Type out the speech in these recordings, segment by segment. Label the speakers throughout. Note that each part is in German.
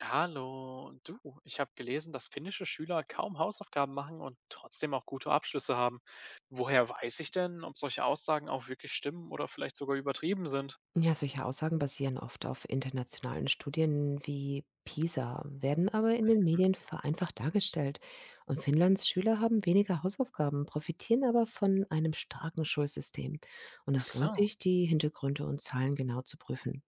Speaker 1: Hallo, du, ich habe gelesen, dass finnische Schüler kaum Hausaufgaben machen und trotzdem auch gute Abschlüsse haben. Woher weiß ich denn, ob solche Aussagen auch wirklich stimmen oder vielleicht sogar übertrieben sind?
Speaker 2: Ja, solche Aussagen basieren oft auf internationalen Studien wie PISA, werden aber in den Medien vereinfacht dargestellt. Und Finnlands Schüler haben weniger Hausaufgaben, profitieren aber von einem starken Schulsystem. Und
Speaker 1: Ach
Speaker 2: es lohnt
Speaker 1: so.
Speaker 2: sich, die Hintergründe und Zahlen genau zu prüfen.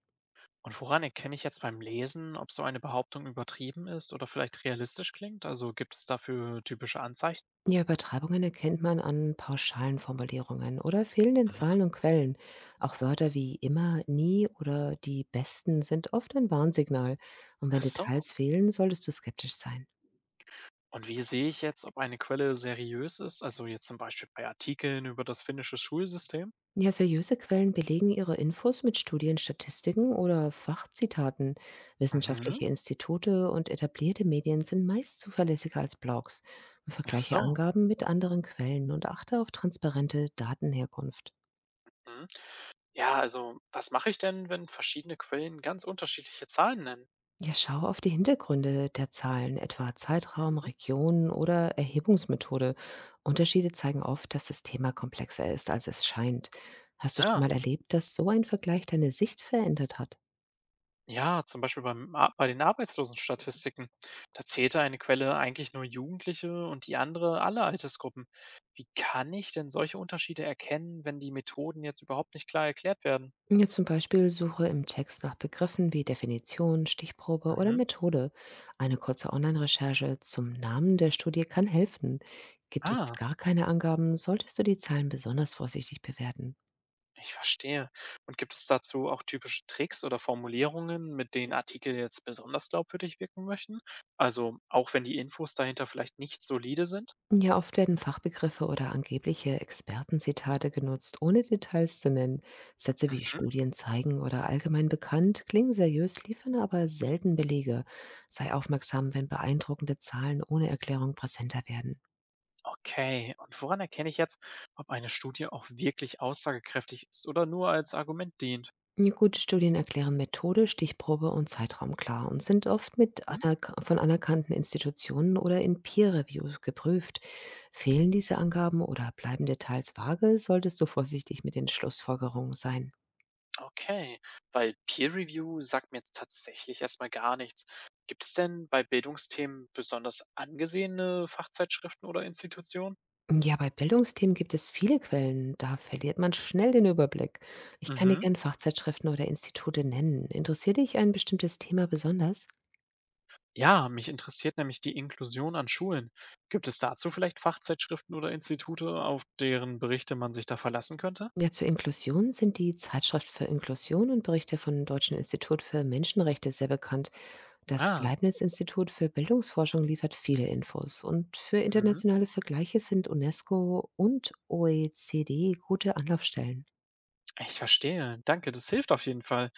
Speaker 1: Und woran erkenne ich jetzt beim Lesen, ob so eine Behauptung übertrieben ist oder vielleicht realistisch klingt? Also gibt es dafür typische Anzeichen?
Speaker 2: Ja, Übertreibungen erkennt man an pauschalen Formulierungen oder fehlenden
Speaker 1: Mhm.
Speaker 2: Zahlen und Quellen. Auch Wörter wie immer, nie oder die besten sind oft ein Warnsignal. Und wenn
Speaker 1: Ach so.
Speaker 2: Details fehlen, solltest du skeptisch sein.
Speaker 1: Und wie sehe ich jetzt, ob eine Quelle seriös ist? Also jetzt zum Beispiel bei Artikeln über das finnische Schulsystem?
Speaker 2: Ja, seriöse Quellen belegen ihre Infos mit Studien, Statistiken oder Fachzitaten.
Speaker 1: Mhm.
Speaker 2: Wissenschaftliche Institute und etablierte Medien sind meist zuverlässiger als Blogs.
Speaker 1: Ach
Speaker 2: Vergleiche
Speaker 1: so.
Speaker 2: Angaben mit anderen Quellen und achte auf transparente Datenherkunft.
Speaker 1: Hm. Ja, also was mache ich denn, wenn verschiedene Quellen ganz unterschiedliche Zahlen nennen?
Speaker 2: Ja, schau auf die Hintergründe der Zahlen, etwa Zeitraum, Region oder Erhebungsmethode. Unterschiede zeigen oft, dass das Thema komplexer ist, als es scheint. Hast du schon
Speaker 1: Ja,
Speaker 2: mal erlebt, dass so ein Vergleich deine Sicht verändert hat?
Speaker 1: ja, zum Beispiel bei den Arbeitslosenstatistiken. Da zählte eine Quelle eigentlich nur Jugendliche und die andere alle Altersgruppen. Wie kann ich denn solche Unterschiede erkennen, wenn die Methoden jetzt überhaupt nicht klar erklärt werden?
Speaker 2: Ja, zum Beispiel suche im Text nach Begriffen wie Definition, Stichprobe oder
Speaker 1: Mhm.
Speaker 2: Methode. Eine kurze Online-Recherche zum Namen der Studie kann helfen. Gibt es
Speaker 1: Ah,
Speaker 2: gar keine Angaben, solltest du die Zahlen besonders vorsichtig bewerten.
Speaker 1: ich verstehe. Und gibt es dazu auch typische Tricks oder Formulierungen, mit denen Artikel jetzt besonders glaubwürdig wirken möchten? Also auch wenn die Infos dahinter vielleicht nicht solide sind?
Speaker 2: Ja, oft werden Fachbegriffe oder angebliche Expertenzitate genutzt, ohne Details zu nennen. Sätze wie
Speaker 1: Mhm.
Speaker 2: Studien zeigen oder allgemein bekannt klingen seriös, liefern aber selten Belege. Sei aufmerksam, wenn beeindruckende Zahlen ohne Erklärung präsenter werden.
Speaker 1: Okay, und woran erkenne ich jetzt, ob eine Studie auch wirklich aussagekräftig ist oder nur als Argument dient?
Speaker 2: Ja, gute Studien erklären Methode, Stichprobe und Zeitraum klar und sind oft mit
Speaker 1: Hm?
Speaker 2: anerk von anerkannten Institutionen oder in Peer-Reviews geprüft. Fehlen diese Angaben oder bleiben Details vage, solltest du vorsichtig mit den Schlussfolgerungen sein.
Speaker 1: Okay, weil Peer Review sagt mir jetzt tatsächlich erstmal gar nichts. Gibt es denn bei Bildungsthemen besonders angesehene Fachzeitschriften oder Institutionen?
Speaker 2: Ja, bei Bildungsthemen gibt es viele Quellen, da verliert man schnell den Überblick. Ich kann dir
Speaker 1: Mhm.
Speaker 2: gerne Fachzeitschriften oder Institute nennen. Interessiert dich ein bestimmtes Thema besonders?
Speaker 1: Ja, mich interessiert nämlich die Inklusion an Schulen. Gibt es dazu vielleicht Fachzeitschriften oder Institute, auf deren Berichte man sich da verlassen könnte?
Speaker 2: Ja, zur Inklusion sind die Zeitschrift für Inklusion und Berichte vom Deutschen Institut für Menschenrechte sehr bekannt. Das
Speaker 1: Ah,
Speaker 2: Leibniz-Institut für Bildungsforschung liefert viele Infos und für
Speaker 1: mhm.
Speaker 2: internationale Vergleiche sind UNESCO und OECD gute Anlaufstellen.
Speaker 1: Ich verstehe. Danke, das hilft auf jeden Fall.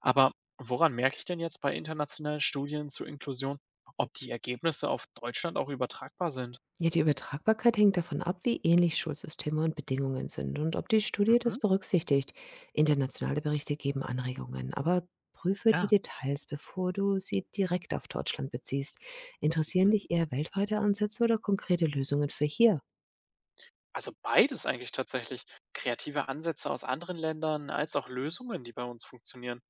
Speaker 1: Aber woran merke ich denn jetzt bei internationalen Studien zur Inklusion, ob die Ergebnisse auf Deutschland auch übertragbar sind?
Speaker 2: Ja, die Übertragbarkeit hängt davon ab, wie ähnlich Schulsysteme und Bedingungen sind und ob die Studie das
Speaker 1: Mhm.
Speaker 2: berücksichtigt. Internationale Berichte geben Anregungen, aber prüfe die
Speaker 1: Ja.
Speaker 2: Details, bevor du sie direkt auf Deutschland beziehst. Interessieren
Speaker 1: Mhm.
Speaker 2: dich eher weltweite Ansätze oder konkrete Lösungen für hier?
Speaker 1: Also beides eigentlich tatsächlich. Kreative Ansätze aus anderen Ländern als auch Lösungen, die bei uns funktionieren.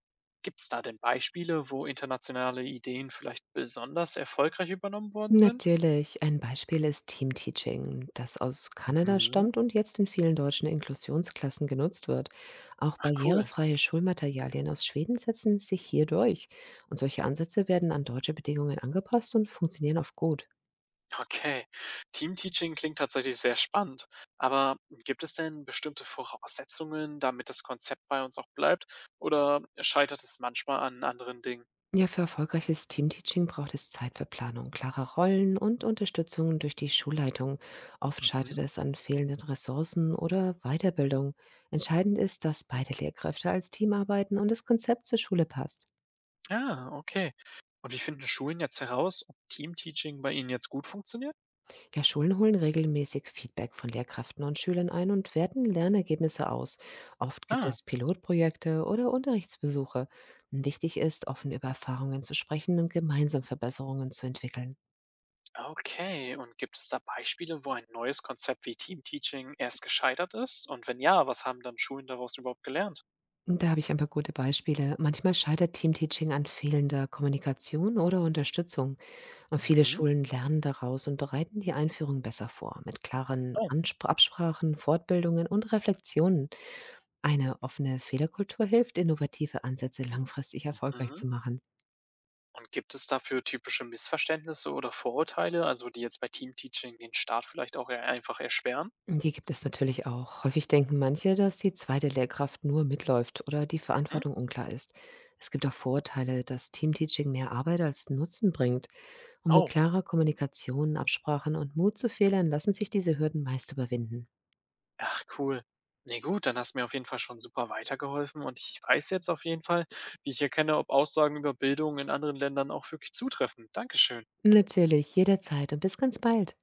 Speaker 1: Gibt es da denn Beispiele, wo internationale Ideen vielleicht besonders erfolgreich übernommen worden sind?
Speaker 2: Natürlich. Ein Beispiel ist Teamteaching, das aus Kanada
Speaker 1: Mhm.
Speaker 2: stammt und jetzt in vielen deutschen Inklusionsklassen genutzt wird. Auch
Speaker 1: Ach cool.
Speaker 2: barrierefreie Schulmaterialien aus Schweden setzen sich hier durch. Und solche Ansätze werden an deutsche Bedingungen angepasst und funktionieren oft gut.
Speaker 1: Okay, Teamteaching klingt tatsächlich sehr spannend. Aber gibt es denn bestimmte Voraussetzungen, damit das Konzept bei uns auch bleibt? Oder scheitert es manchmal an anderen Dingen?
Speaker 2: Ja, für erfolgreiches Teamteaching braucht es Zeit für Planung, klare Rollen und Unterstützung durch die Schulleitung. Oft scheitert
Speaker 1: Mhm.
Speaker 2: es an fehlenden Ressourcen oder Weiterbildung. Entscheidend ist, dass beide Lehrkräfte als Team arbeiten und das Konzept zur Schule passt.
Speaker 1: Ah, okay. Und wie finden Schulen jetzt heraus, ob Teamteaching bei ihnen jetzt gut funktioniert?
Speaker 2: Ja, Schulen holen regelmäßig Feedback von Lehrkräften und Schülern ein und werten Lernergebnisse aus. Oft gibt
Speaker 1: Ah,
Speaker 2: es Pilotprojekte oder Unterrichtsbesuche. Wichtig ist, offen über Erfahrungen zu sprechen und gemeinsam Verbesserungen zu entwickeln.
Speaker 1: okay. Und gibt es da Beispiele, wo ein neues Konzept wie Teamteaching erst gescheitert ist? Und wenn ja, was haben dann Schulen daraus überhaupt gelernt?
Speaker 2: Da habe ich ein paar gute Beispiele. Manchmal scheitert Teamteaching an fehlender Kommunikation oder Unterstützung. Und viele
Speaker 1: Mhm.
Speaker 2: Schulen lernen daraus und bereiten die Einführung besser vor, mit klaren
Speaker 1: Oh.
Speaker 2: Anspr Absprachen, Fortbildungen und Reflexionen. Eine offene Fehlerkultur hilft, innovative Ansätze langfristig erfolgreich
Speaker 1: Mhm.
Speaker 2: zu machen.
Speaker 1: Und gibt es dafür typische Missverständnisse oder Vorurteile, also die jetzt bei Teamteaching den Start vielleicht auch eher einfach erschweren?
Speaker 2: Die gibt es natürlich auch. Häufig denken manche, dass die zweite Lehrkraft nur mitläuft oder die
Speaker 1: Mhm.
Speaker 2: Verantwortung unklar ist. Es gibt auch Vorurteile, dass Teamteaching mehr Arbeit als Nutzen bringt. Und mit
Speaker 1: Oh,
Speaker 2: klarer Kommunikation, Absprachen und Mut zu Fehlern lassen sich diese Hürden meist überwinden.
Speaker 1: ach cool. Nee, gut, dann hast du mir auf jeden Fall schon super weitergeholfen und ich weiß jetzt auf jeden Fall, wie ich erkenne, ob Aussagen über Bildung in anderen Ländern auch wirklich zutreffen. Dankeschön.
Speaker 2: Natürlich, jederzeit und bis ganz bald.